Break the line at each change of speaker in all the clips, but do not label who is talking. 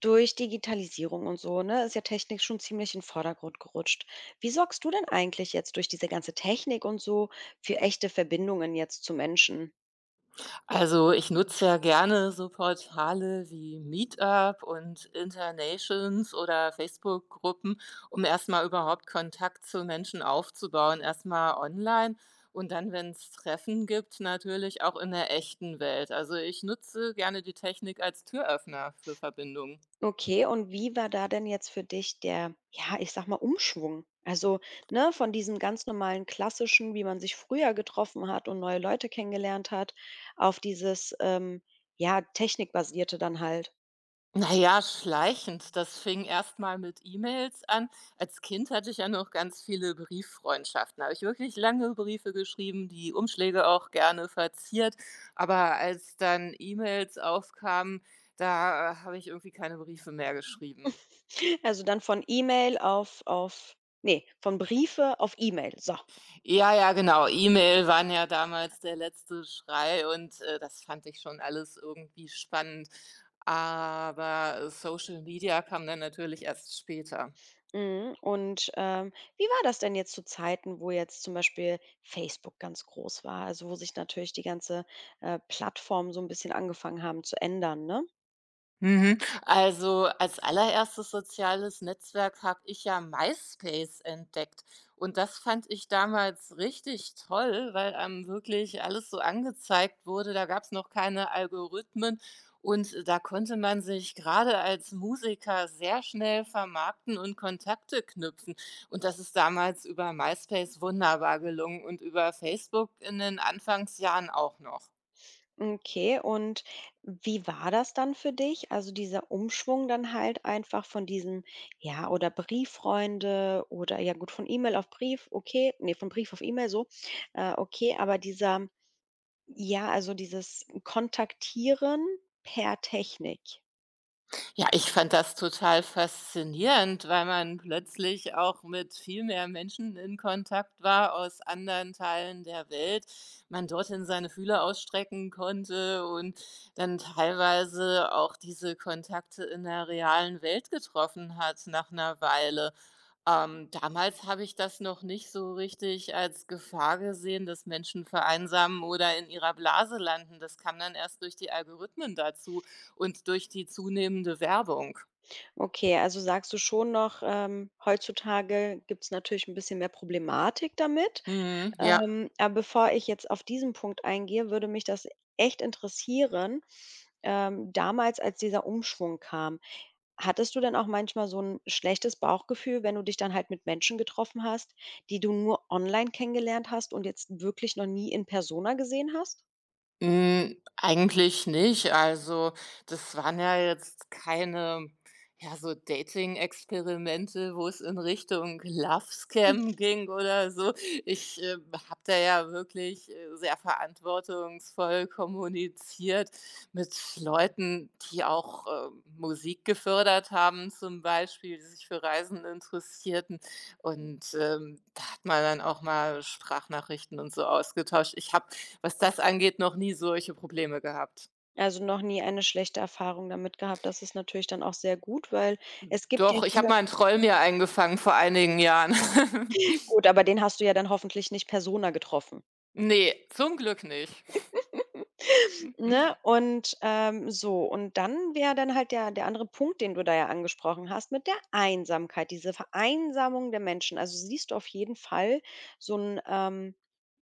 Durch Digitalisierung und so, ne, ist ja Technik schon ziemlich in den Vordergrund gerutscht. Wie sorgst du denn eigentlich jetzt durch diese ganze Technik und so für echte Verbindungen jetzt zu Menschen?
Also, ich nutze ja gerne so Portale wie Meetup und Internations oder Facebook-Gruppen, um erst mal überhaupt Kontakt zu Menschen aufzubauen, erst mal online und dann, wenn es Treffen gibt, natürlich auch in der echten Welt. Also, ich nutze gerne die Technik als Türöffner für Verbindungen.
Okay, und wie war da denn jetzt für dich der, ja, ich sag mal, Umschwung? Also, ne, von diesem ganz normalen klassischen, wie man sich früher getroffen hat und neue Leute kennengelernt hat, auf dieses, ja, technikbasierte dann halt.
Na ja, schleichend. Das fing erst mal mit E-Mails an. Als Kind hatte ich ja noch ganz viele Brieffreundschaften. Habe ich wirklich lange Briefe geschrieben, die Umschläge auch gerne verziert. Aber als dann E-Mails aufkamen, da, habe ich irgendwie keine Briefe mehr geschrieben.
Also dann von E-Mail auf, nee, von Briefe auf E-Mail. So.
Ja, ja, genau. E-Mail waren ja damals der letzte Schrei und, das fand ich schon alles irgendwie spannend. Aber Social Media kam dann natürlich erst später.
Mhm. Und, wie war das denn jetzt zu Zeiten, wo jetzt zum Beispiel Facebook ganz groß war, also, wo sich natürlich die ganze, Plattform so ein bisschen angefangen haben zu ändern, ne?
Mhm. Also als allererstes soziales Netzwerk habe ich ja MySpace entdeckt. Und das fand ich damals richtig toll, weil einem wirklich alles so angezeigt wurde. Da gab es noch keine Algorithmen und da konnte man sich gerade als Musiker sehr schnell vermarkten und Kontakte knüpfen. Und das ist damals über MySpace wunderbar gelungen und über Facebook in den Anfangsjahren auch noch.
Okay, und wie war das dann für dich? Also, dieser Umschwung dann halt einfach von diesem ja, oder Brieffreunde oder ja gut, von E-Mail auf Brief, okay ne, von Brief auf E-Mail so, okay, aber dieser ja, also, dieses Kontaktieren per Technik.
Ja, ich fand das total faszinierend, weil man plötzlich auch mit viel mehr Menschen in Kontakt war aus anderen Teilen der Welt. Man dorthin seine Fühler ausstrecken konnte und dann teilweise auch diese Kontakte in der realen Welt getroffen hat nach einer Weile. Damals habe ich das noch nicht so richtig als Gefahr gesehen, dass Menschen vereinsamen oder in ihrer Blase landen. Das kam dann erst durch die Algorithmen dazu und durch die zunehmende Werbung.
Okay, also sagst du schon noch, heutzutage gibt es natürlich ein bisschen mehr Problematik damit.
Mhm, ja.
Aber bevor ich jetzt auf diesen Punkt eingehe, würde mich das echt interessieren, damals, als dieser Umschwung kam, hattest du dann auch manchmal so ein schlechtes Bauchgefühl, wenn du dich dann halt mit Menschen getroffen hast, die du nur online kennengelernt hast und jetzt wirklich noch nie in Persona gesehen hast?
Hm, eigentlich nicht. Also, das waren ja jetzt keine, ja, so Dating-Experimente, wo es in Richtung Love
Hm.
Scam ging oder so. Ich habe da ja wirklich, sehr verantwortungsvoll kommuniziert mit Leuten, die auch, Musik gefördert haben zum Beispiel, die sich für Reisen interessierten. Und, da hat man dann auch mal Sprachnachrichten und so ausgetauscht. Ich habe, was das angeht, noch nie solche Probleme gehabt.
Also, noch nie eine schlechte Erfahrung damit gehabt. Das ist natürlich dann auch sehr gut, weil es gibt ja
Doch, ich
hier...
habe mal einen Troll mir eingefangen vor einigen Jahren.
Gut, aber den hast du ja dann hoffentlich nicht Persona getroffen.
Nee, zum Glück nicht.
Ne? Und, so und dann wäre dann halt der andere Punkt, den du da ja angesprochen hast, mit der Einsamkeit, diese Vereinsamung der Menschen. Also, siehst du auf jeden Fall so ein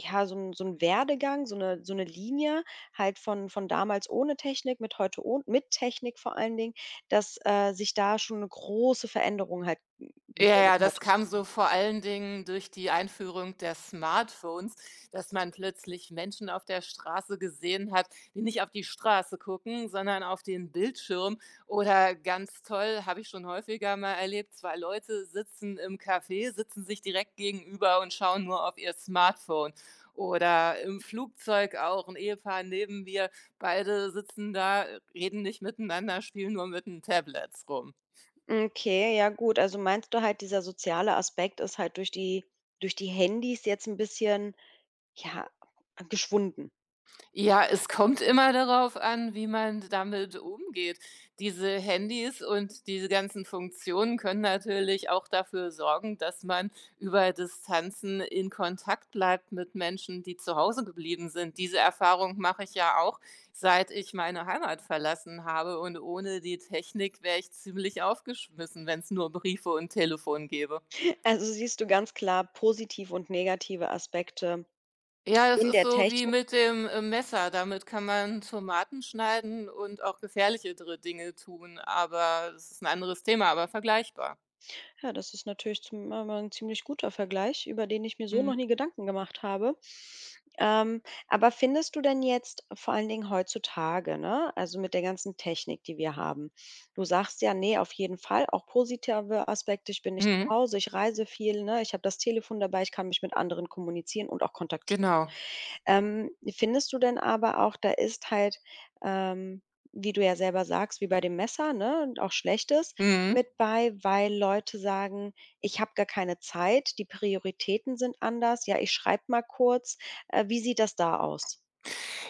ja, so ein Werdegang, so eine Linie halt von damals ohne Technik mit heute ohn mit Technik vor allen Dingen, dass, sich da schon eine große Veränderung halt, hm,
Ja,
gebildet
ja,
hat.
das kam so vor allen Dingen durch die Einführung der Smartphones, dass man plötzlich Menschen auf der Straße gesehen hat, die nicht auf die Straße gucken, sondern auf den Bildschirm. Oder ganz toll, habe ich schon häufiger mal erlebt, zwei Leute sitzen im Café, sitzen sich direkt gegenüber und schauen nur auf ihr Smartphone. Oder im Flugzeug auch ein Ehepaar neben mir, beide sitzen da, reden nicht miteinander, spielen nur mit den Tablets rum.
Okay, ja gut. Also meinst du halt, dieser soziale Aspekt ist halt durch die Handys jetzt ein bisschen, ja, geschwunden?
Ja, es kommt immer darauf an, wie man damit umgeht. Diese Handys und diese ganzen Funktionen können natürlich auch dafür sorgen, dass man über Distanzen in Kontakt bleibt mit Menschen, die zu Hause geblieben sind. Diese Erfahrung mache ich ja auch, seit ich meine Heimat verlassen habe. Und ohne die Technik wäre ich ziemlich aufgeschmissen, wenn es nur Briefe und Telefon gäbe.
Also siehst du ganz klar positive und negative Aspekte
Ja, das
in
ist
der
so wie
Technik.
mit dem Messer. Damit kann man Tomaten schneiden und auch gefährlichere Dinge tun, aber das ist ein anderes Thema, aber vergleichbar.
Ja, das ist natürlich zum mal 'n ziemlich guter Vergleich, über den ich mir so noch
Mhm.
nie Gedanken gemacht habe. Ähm, aber findest du denn jetzt vor allen Dingen heutzutage, ne, also mit der ganzen Technik, die wir haben, du sagst ja: „Nee, auf jeden Fall, auch positive Aspekte. Ich bin nicht zu
Mhm.
Hause, ich reise viel, ne? Ich habe das Telefon dabei, ich kann mich mit anderen kommunizieren und auch kontaktieren.“
Genau.
Findest du denn aber auch, da ist halt, ähm, wie du ja selber sagst, wie bei dem Messer, ne, und auch Schlechtes
Mhm.
mit bei, weil Leute sagen: „Ich habe gar keine Zeit, die Prioritäten sind anders. Ja, ich schreibe mal kurz.“ wie sieht das da aus?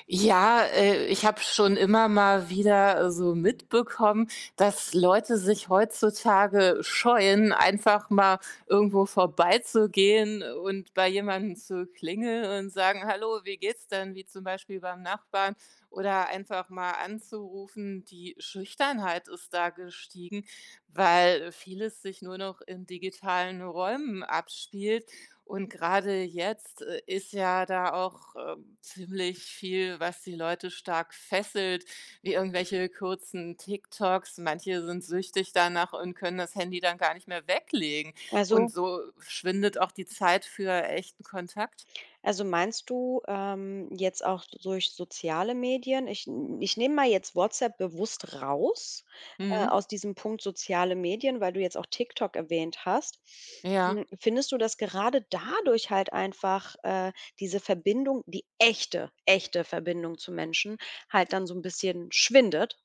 Ja, ich habe schon immer mal wieder so mitbekommen, dass Leute sich heutzutage scheuen, einfach mal irgendwo vorbeizugehen und bei jemandem zu klingeln und sagen: „Hallo, wie geht's denn?“, wie zum Beispiel beim Nachbarn oder einfach mal anzurufen. Die Schüchternheit ist da gestiegen, weil vieles sich nur noch in digitalen Räumen abspielt. Und gerade jetzt ist ja da auch ziemlich viel, was die Leute stark fesselt, wie irgendwelche kurzen TikToks. Manche sind süchtig danach und können das Handy dann gar nicht mehr weglegen.
Also
Und so schwindet auch die Zeit für echten Kontakt.
Also meinst du, jetzt auch so durch soziale Medien? Ich nehme mal jetzt WhatsApp bewusst raus,
Mhm.
aus diesem Punkt soziale Medien, weil du jetzt auch TikTok erwähnt hast.
Ja.
Hm, findest du, dass gerade dadurch halt einfach, diese Verbindung, die echte, echte Verbindung zu Menschen halt dann so ein bisschen schwindet?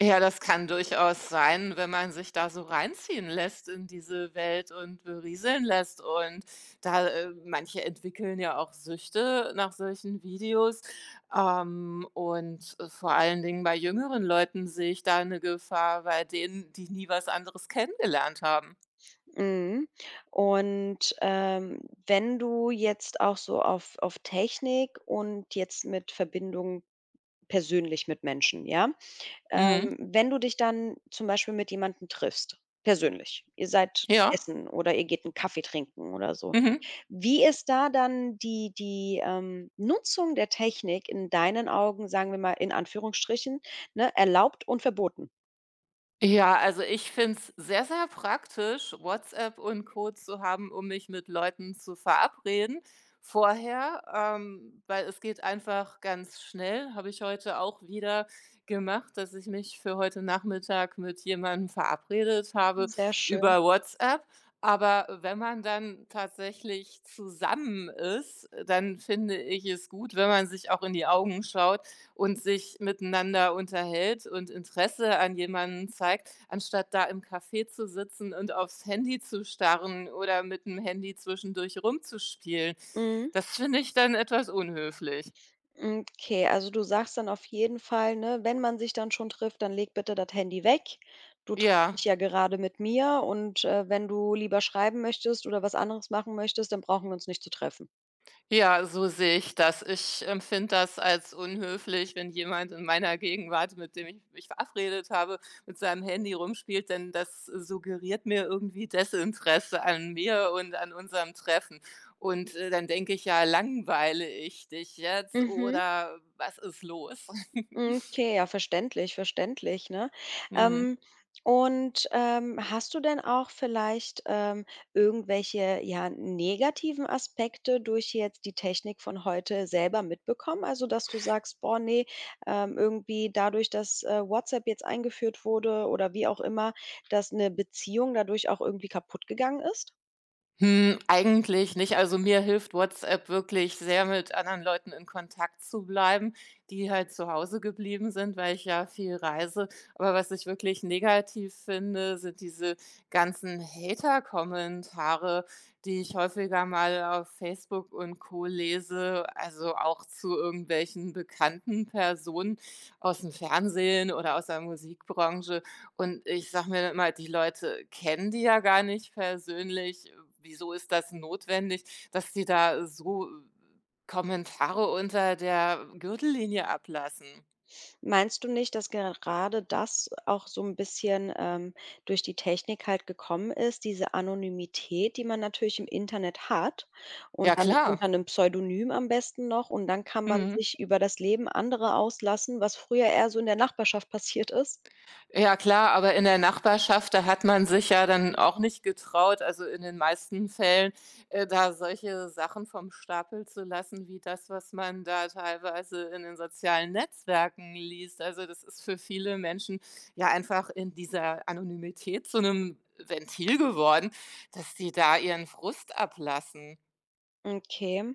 Ja, das kann durchaus sein, wenn man sich da so reinziehen lässt in diese Welt und berieseln lässt. Und da manche entwickeln ja auch Süchte nach solchen Videos. Und vor allen Dingen bei jüngeren Leuten sehe ich da eine Gefahr bei denen, die nie was anderes kennengelernt haben.
Mhm. Und, wenn du jetzt auch so auf Technik und jetzt mit Verbindung persönlich mit Menschen, ja?
Mhm.
Wenn du dich dann zum Beispiel mit jemandem triffst, persönlich, ihr seid
Ja.
essen oder ihr geht 'n Kaffee trinken oder so.
Mhm.
Wie ist da dann die Nutzung der Technik in deinen Augen, sagen wir mal in Anführungsstrichen, ne, erlaubt und verboten?
Ja, also ich finde es sehr, sehr praktisch, WhatsApp und Co. zu haben, um mich mit Leuten zu verabreden vorher, weil es geht einfach ganz schnell. Habe ich heute auch wieder gemacht, dass ich mich für heute Nachmittag mit jemandem verabredet habe
Sehr schön.
über WhatsApp. Aber wenn man dann tatsächlich zusammen ist, dann finde ich es gut, wenn man sich auch in die Augen schaut und sich miteinander unterhält und Interesse an jemanden zeigt, anstatt da im Café zu sitzen und aufs Handy zu starren oder mit dem Handy zwischendurch rumzuspielen.
Mhm.
Das finde ich dann etwas unhöflich.
Hm, okay, also du sagst dann auf jeden Fall, ne, wenn man sich dann schon trifft, dann leg bitte das Handy weg. Du triffst
Ja.
dich ja gerade mit mir und, wenn du lieber schreiben möchtest oder was anderes machen möchtest, dann brauchen wir uns nicht zu treffen.
Ja, so sehe ich das. Ich empfinde das als unhöflich, wenn jemand in meiner Gegenwart, mit dem ich mich verabredet habe, mit seinem Handy rumspielt, denn das suggeriert mir irgendwie Desinteresse an mir und an unserem Treffen. Und dann denke ich: „Ja, langweile ich dich jetzt
Mhm.
oder was ist los?“
Hm, okay, ja, verständlich, verständlich, ne?
Mhm.
Ähm, und, hast du denn auch vielleicht, irgendwelche, ja, negativen Aspekte durch jetzt die Technik von heute selber mitbekommen? Also, dass du sagst: „Boah, ne, irgendwie dadurch, dass, WhatsApp jetzt eingeführt wurde oder wie auch immer, dass eine Beziehung dadurch auch irgendwie kaputt gegangen ist?“
Hm, eigentlich nicht. Also, mir hilft WhatsApp wirklich sehr, mit anderen Leuten in Kontakt zu bleiben, die halt zu Hause geblieben sind, weil ich ja viel reise. Aber was ich wirklich negativ finde, sind diese ganzen Hater-Kommentare, die ich häufiger mal auf Facebook und Co. lese, also auch zu irgendwelchen bekannten Personen aus dem Fernsehen oder aus der Musikbranche. Und ich sage mir dann immer: „Die Leute kennen die ja gar nicht persönlich. Wieso ist das notwendig, dass die da so Kommentare unter der Gürtellinie ablassen?“
Meinst du nicht, dass gerade das auch so 'n bisschen, durch die Technik halt gekommen ist, diese Anonymität, die man natürlich im Internet hat und
Ja
dann
klar.
unter 'nem Pseudonym am besten noch und dann kann man
Mhm.
sich über das Leben anderer auslassen, was früher eher so in der Nachbarschaft passiert ist?
Ja klar, aber in der Nachbarschaft, da hat man sich ja dann auch nicht getraut, also in den meisten Fällen, da solche Sachen vom Stapel zu lassen, wie das, was man da teilweise in den sozialen Netzwerken liest. Also das ist für viele Menschen ja einfach in dieser Anonymität zu einem Ventil geworden, dass sie da ihren Frust ablassen.
Okay.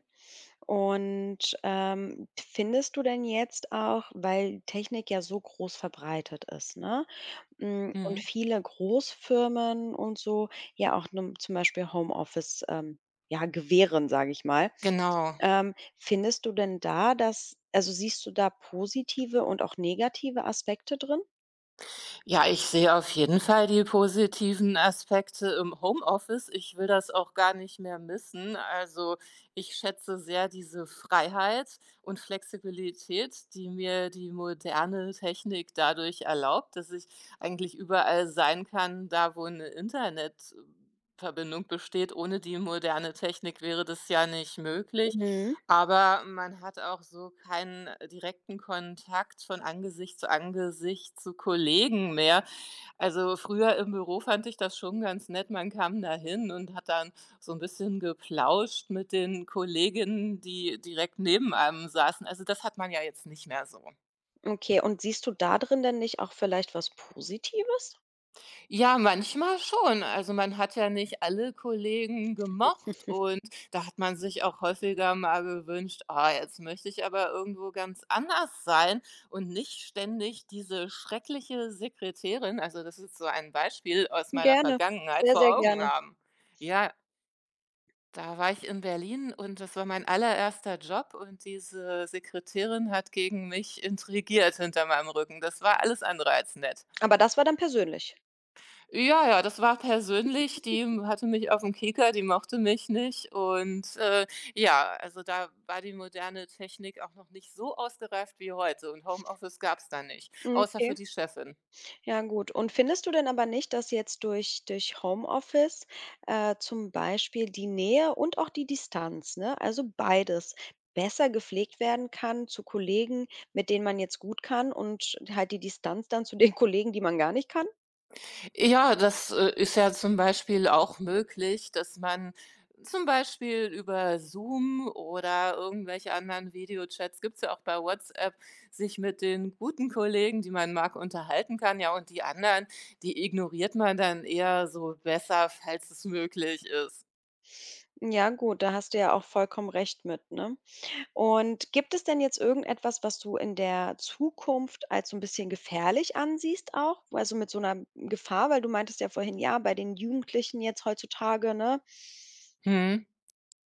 Und, findest du denn jetzt auch, weil Technik ja so groß verbreitet ist, ne? Hm, und
Mhm.
viele Großfirmen und so ja auch 'nem zum Beispiel Homeoffice, ja, gewähren, sage ich mal.
Genau.
Findest du denn da, dass also, siehst du da positive und auch negative Aspekte drin?
Ja, ich sehe auf jeden Fall die positiven Aspekte im Homeoffice. Ich will das auch gar nicht mehr missen. Also, ich schätze sehr diese Freiheit und Flexibilität, die mir die moderne Technik dadurch erlaubt, dass ich eigentlich überall sein kann, da wo eine Internetverbindung besteht. Ohne die moderne Technik wäre das ja nicht möglich.
Mhm.
Aber man hat auch so keinen direkten Kontakt von Angesicht zu Kollegen mehr. Also, früher im Büro fand ich das schon ganz nett. Man kam da hin und hat dann so ein bisschen geplauscht mit den Kolleginnen, die direkt neben einem saßen. Also, das hat man ja jetzt nicht mehr so.
Okay, und siehst du da drin denn nicht auch vielleicht was Positives?
Ja, manchmal schon. Also, man hat ja nicht alle Kollegen gemocht und da hat man sich auch häufiger mal gewünscht: „Ah, jetzt möchte ich aber irgendwo ganz anders sein und nicht ständig diese schreckliche Sekretärin“, also, das ist so ein Beispiel aus meiner
Gerne,
Vergangenheit
sehr, sehr
vor Augen
gerne.
haben. Ja, da war ich in Berlin und das war mein allererster Job und diese Sekretärin hat gegen mich intrigiert hinter meinem Rücken. Das war alles andere als nett.
Aber das war dann persönlich.
Ja, ja, das war persönlich, die hatte mich auf dem Kieker, die mochte mich nicht und ja, also, da war die moderne Technik auch noch nicht so ausgereift wie heute und Homeoffice gab es da nicht,
Hm,
außer
okay.
für die Chefin.
Ja gut. Und findest du denn aber nicht, dass jetzt durch Homeoffice, zum Beispiel die Nähe und auch die Distanz, ne, also beides, besser gepflegt werden kann zu Kollegen, mit denen man jetzt gut kann und halt die Distanz dann zu den Kollegen, die man gar nicht kann?
Ja, das ist ja zum Beispiel auch möglich, dass man zum Beispiel über Zoom oder irgendwelche anderen Videochats, gibt's ja auch bei WhatsApp, sich mit den guten Kollegen, die man mag, unterhalten kann. Ja, und die anderen, die ignoriert man dann eher so besser, falls es möglich ist.
Ja gut, da hast du ja auch vollkommen recht mit, ne? Und gibt es denn jetzt irgendetwas, was du in der Zukunft als so 'n bisschen gefährlich ansiehst auch? Also, mit so 'ner Gefahr, weil du meintest ja vorhin, ja, bei den Jugendlichen jetzt heutzutage, ne?
Mhm.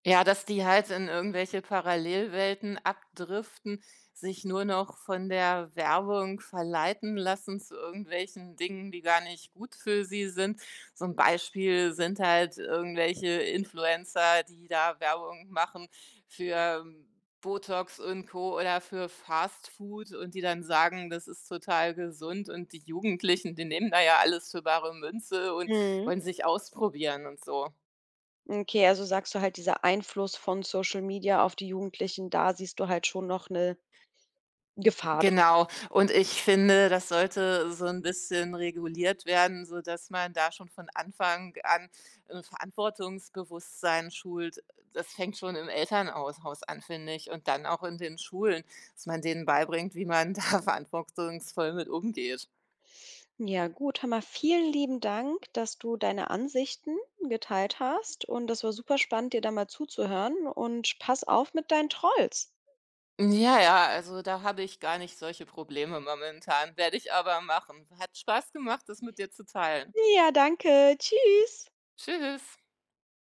Ja, dass die halt in irgendwelche Parallelwelten abdriften, sich nur noch von der Werbung verleiten lassen zu irgendwelchen Dingen, die gar nicht gut für sie sind. So ein Beispiel sind halt irgendwelche Influencer, die da Werbung machen für Botox und Co. oder für Fastfood und die dann sagen, das ist total gesund und die Jugendlichen, die nehmen da ja alles für bare Münze und
Mhm.
wollen sich ausprobieren und so.
Okay, also sagst du halt, dieser Einfluss von Social Media auf die Jugendlichen, da siehst du halt schon noch 'ne Gefahr drin.
Genau. Und ich finde, das sollte so 'n bisschen reguliert werden, sodass man da schon von Anfang an 'n Verantwortungsbewusstsein schult. Das fängt schon im Elternhaus Haus an, finde ich, und dann auch in den Schulen, dass man denen beibringt, wie man da verantwortungsvoll mit umgeht.
Ja gut, hör mal, vielen lieben Dank, dass du deine Ansichten geteilt hast und das war super spannend, dir da mal zuzuhören und pass auf mit deinen Trolls.
Ja, ja, also da habe ich gar nicht solche Probleme momentan, werde ich aber machen. Hat Spaß gemacht, das mit dir zu teilen.
Ja, danke. Tschüss.
Tschüss.